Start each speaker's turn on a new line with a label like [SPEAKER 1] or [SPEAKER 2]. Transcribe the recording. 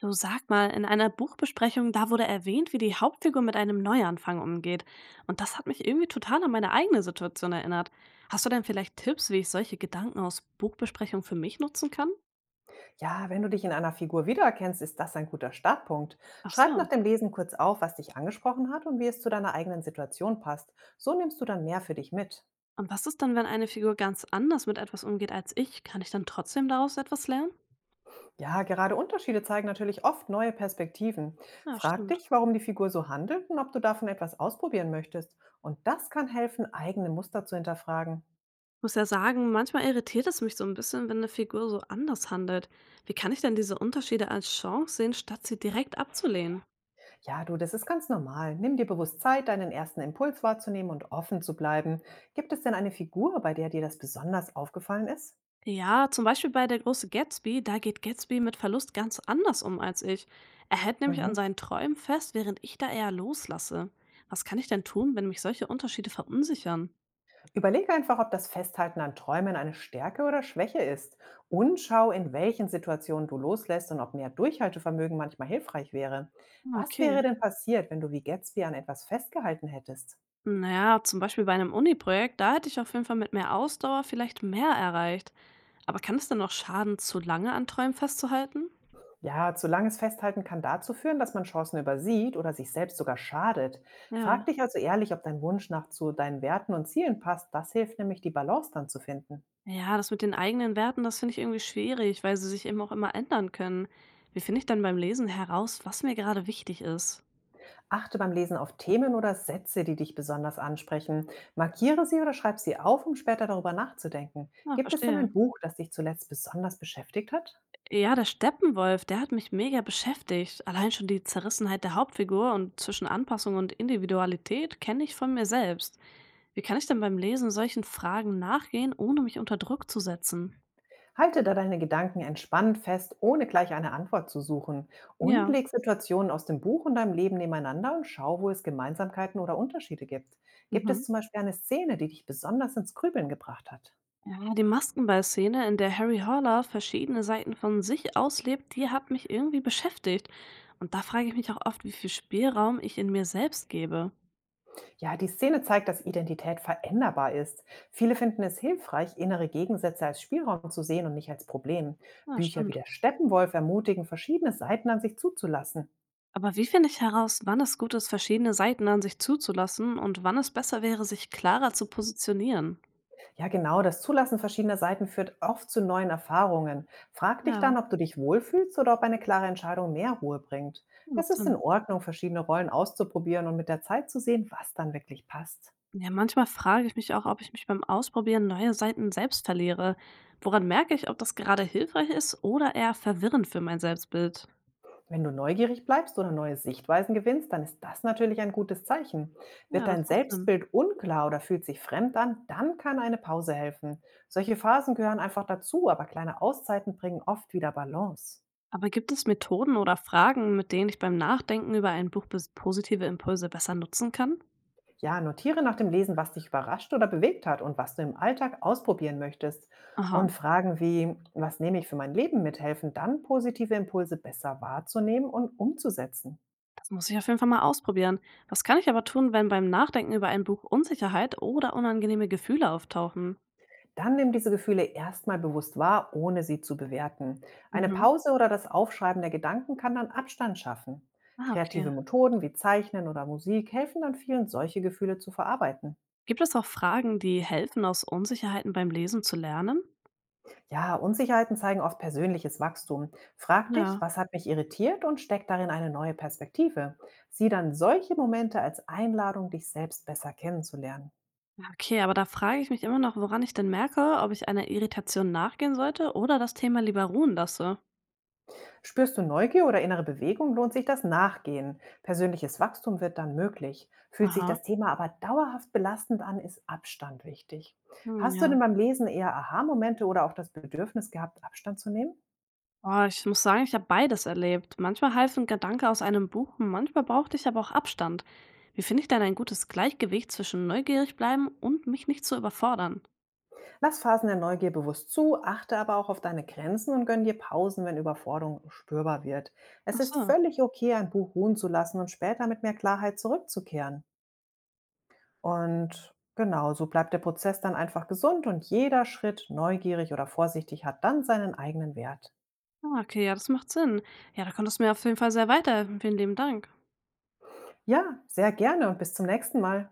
[SPEAKER 1] Du, sag mal, in einer Buchbesprechung, da wurde erwähnt, wie die Hauptfigur mit einem Neuanfang umgeht. Und das hat mich irgendwie total an meine eigene Situation erinnert. Hast du denn vielleicht Tipps, wie ich solche Gedanken aus Buchbesprechungen für mich nutzen kann?
[SPEAKER 2] Ja, wenn du dich in einer Figur wiedererkennst, ist das ein guter Startpunkt.
[SPEAKER 1] Ach
[SPEAKER 2] Schreib nach
[SPEAKER 1] so.
[SPEAKER 2] dem Lesen kurz auf, was dich angesprochen hat und wie es zu deiner eigenen Situation passt. So nimmst du dann mehr für dich mit.
[SPEAKER 1] Und was ist dann, wenn eine Figur ganz anders mit etwas umgeht als ich? Kann ich dann trotzdem daraus etwas lernen?
[SPEAKER 2] Ja, gerade Unterschiede zeigen natürlich oft neue Perspektiven.
[SPEAKER 1] Ja,
[SPEAKER 2] Frag
[SPEAKER 1] stimmt.
[SPEAKER 2] dich, warum die Figur so handelt und ob du davon etwas ausprobieren möchtest. Und das kann helfen, eigene Muster zu hinterfragen.
[SPEAKER 1] Ich muss ja sagen, manchmal irritiert es mich so ein bisschen, wenn eine Figur so anders handelt. Wie kann ich denn diese Unterschiede als Chance sehen, statt sie direkt abzulehnen?
[SPEAKER 2] Ja, du, das ist ganz normal. Nimm dir bewusst Zeit, deinen ersten Impuls wahrzunehmen und offen zu bleiben. Gibt es denn eine Figur, bei der dir das besonders aufgefallen ist?
[SPEAKER 1] Ja, zum Beispiel bei Der große Gatsby, da geht Gatsby mit Verlust ganz anders um als ich. Er hält nämlich an
[SPEAKER 2] Mhm.
[SPEAKER 1] seinen Träumen fest, während ich da eher loslasse. Was kann ich denn tun, wenn mich solche Unterschiede verunsichern?
[SPEAKER 2] Überlege einfach, ob das Festhalten an Träumen eine Stärke oder Schwäche ist. Und schau, in welchen Situationen du loslässt und ob mehr Durchhaltevermögen manchmal hilfreich wäre.
[SPEAKER 1] Ah,
[SPEAKER 2] Was
[SPEAKER 1] okay.
[SPEAKER 2] wäre denn passiert, wenn du wie Gatsby an etwas festgehalten hättest?
[SPEAKER 1] Naja, zum Beispiel bei einem Uni-Projekt, da hätte ich auf jeden Fall mit mehr Ausdauer vielleicht mehr erreicht. Aber kann es denn noch schaden, zu lange an Träumen festzuhalten?
[SPEAKER 2] Ja, zu langes Festhalten kann dazu führen, dass man Chancen übersieht oder sich selbst sogar schadet.
[SPEAKER 1] Ja.
[SPEAKER 2] Frag dich also ehrlich, ob dein Wunsch nach zu deinen Werten und Zielen passt. Das hilft nämlich, die Balance dann zu finden.
[SPEAKER 1] Ja, das mit den eigenen Werten, das finde ich irgendwie schwierig, weil sie sich eben auch immer ändern können. Wie finde ich dann beim Lesen heraus, was mir gerade wichtig ist?
[SPEAKER 2] Achte beim Lesen auf Themen oder Sätze, die dich besonders ansprechen. Markiere sie oder schreib sie auf, um später darüber nachzudenken.
[SPEAKER 1] Ah,
[SPEAKER 2] Gibt es denn ein
[SPEAKER 1] verstehe.
[SPEAKER 2] Buch, das dich zuletzt besonders beschäftigt hat?
[SPEAKER 1] Ja, der Steppenwolf, der hat mich mega beschäftigt. Allein schon die Zerrissenheit der Hauptfigur und zwischen Anpassung und Individualität kenne ich von mir selbst. Wie kann ich denn beim Lesen solchen Fragen nachgehen, ohne mich unter Druck zu setzen?
[SPEAKER 2] Halte da deine Gedanken entspannt fest, ohne gleich eine Antwort zu suchen. Und
[SPEAKER 1] Ja.
[SPEAKER 2] leg Situationen aus dem Buch und deinem Leben nebeneinander und schau, wo es Gemeinsamkeiten oder Unterschiede gibt. Gibt
[SPEAKER 1] Mhm.
[SPEAKER 2] es zum Beispiel eine Szene, die dich besonders ins Grübeln gebracht hat?
[SPEAKER 1] Ja, die Maskenball-Szene, in der Harry Horler verschiedene Seiten von sich auslebt, die hat mich irgendwie beschäftigt. Und da frage ich mich auch oft, wie viel Spielraum ich in mir selbst gebe.
[SPEAKER 2] Ja, die Szene zeigt, dass Identität veränderbar ist. Viele finden es hilfreich, innere Gegensätze als Spielraum zu sehen und nicht als Problem.
[SPEAKER 1] Ja,
[SPEAKER 2] Bücher wie
[SPEAKER 1] stimmt.
[SPEAKER 2] der Steppenwolf ermutigen, verschiedene Seiten an sich zuzulassen.
[SPEAKER 1] Aber wie finde ich heraus, wann es gut ist, verschiedene Seiten an sich zuzulassen und wann es besser wäre, sich klarer zu positionieren?
[SPEAKER 2] Ja, genau, das Zulassen verschiedener Seiten führt oft zu neuen Erfahrungen. Frag dich
[SPEAKER 1] Ja,
[SPEAKER 2] dann, ob du dich wohlfühlst oder ob eine klare Entscheidung mehr Ruhe bringt. Es
[SPEAKER 1] macht
[SPEAKER 2] ist
[SPEAKER 1] Sinn.
[SPEAKER 2] in Ordnung, verschiedene Rollen auszuprobieren und mit der Zeit zu sehen, was dann wirklich passt.
[SPEAKER 1] Ja, manchmal frage ich mich auch, ob ich mich beim Ausprobieren neuer Seiten selbst verliere. Woran merke ich, ob das gerade hilfreich ist oder eher verwirrend für mein Selbstbild?
[SPEAKER 2] Wenn du neugierig bleibst oder neue Sichtweisen gewinnst, dann ist das natürlich ein gutes Zeichen. Wird
[SPEAKER 1] Ja,
[SPEAKER 2] dein
[SPEAKER 1] das macht Sinn.
[SPEAKER 2] Selbstbild unklar oder fühlt sich fremd an, dann kann eine Pause helfen. Solche Phasen gehören einfach dazu, aber kleine Auszeiten bringen oft wieder Balance.
[SPEAKER 1] Aber gibt es Methoden oder Fragen, mit denen ich beim Nachdenken über ein Buch positive Impulse besser nutzen kann?
[SPEAKER 2] Ja, notiere nach dem Lesen, was dich überrascht oder bewegt hat und was du im Alltag ausprobieren möchtest.
[SPEAKER 1] Aha.
[SPEAKER 2] Und Fragen wie, was nehme ich für mein Leben mit, helfen dann, positive Impulse besser wahrzunehmen und umzusetzen.
[SPEAKER 1] Das muss ich auf jeden Fall mal ausprobieren. Was kann ich aber tun, wenn beim Nachdenken über ein Buch Unsicherheit oder unangenehme Gefühle auftauchen?
[SPEAKER 2] Dann nimm diese Gefühle erstmal bewusst wahr, ohne sie zu bewerten. Eine
[SPEAKER 1] Mhm.
[SPEAKER 2] Pause oder das Aufschreiben der Gedanken kann dann Abstand schaffen.
[SPEAKER 1] Ah,
[SPEAKER 2] Kreative
[SPEAKER 1] okay.
[SPEAKER 2] Methoden wie Zeichnen oder Musik helfen dann vielen, solche Gefühle zu verarbeiten.
[SPEAKER 1] Gibt es auch Fragen, die helfen, aus Unsicherheiten beim Lesen zu lernen?
[SPEAKER 2] Ja, Unsicherheiten zeigen oft persönliches Wachstum. Frag dich,
[SPEAKER 1] Ja.
[SPEAKER 2] was hat mich irritiert und steck darin eine neue Perspektive. Sieh dann solche Momente als Einladung, dich selbst besser kennenzulernen.
[SPEAKER 1] Ja, okay, aber da frage ich mich immer noch, woran ich denn merke, ob ich einer Irritation nachgehen sollte oder das Thema lieber ruhen lasse.
[SPEAKER 2] Spürst du Neugier oder innere Bewegung, lohnt sich das Nachgehen. Persönliches Wachstum wird dann möglich. Fühlt sich
[SPEAKER 1] Aha.
[SPEAKER 2] das Thema aber dauerhaft belastend an, ist Abstand wichtig.
[SPEAKER 1] Hm,
[SPEAKER 2] Hast du
[SPEAKER 1] ja.
[SPEAKER 2] denn beim Lesen eher Aha-Momente oder auch das Bedürfnis gehabt, Abstand zu nehmen?
[SPEAKER 1] Oh, ich muss sagen, ich habe beides erlebt. Manchmal half ein Gedanke aus einem Buch, manchmal brauchte ich aber auch Abstand. Wie finde ich denn ein gutes Gleichgewicht zwischen neugierig bleiben und mich nicht zu überfordern?
[SPEAKER 2] Lass Phasen der Neugier bewusst zu, achte aber auch auf deine Grenzen und gönn dir Pausen, wenn Überforderung spürbar wird. Es
[SPEAKER 1] Ach
[SPEAKER 2] ist
[SPEAKER 1] so.
[SPEAKER 2] völlig okay, ein Buch ruhen zu lassen und später mit mehr Klarheit zurückzukehren. Und genau, so bleibt der Prozess dann einfach gesund und jeder Schritt, neugierig oder vorsichtig, hat dann seinen eigenen Wert.
[SPEAKER 1] Ah, okay, ja, das macht Sinn. Ja, da konntest du mir auf jeden Fall sehr weiterhelfen. Vielen lieben Dank.
[SPEAKER 2] Ja, sehr gerne und bis zum nächsten Mal.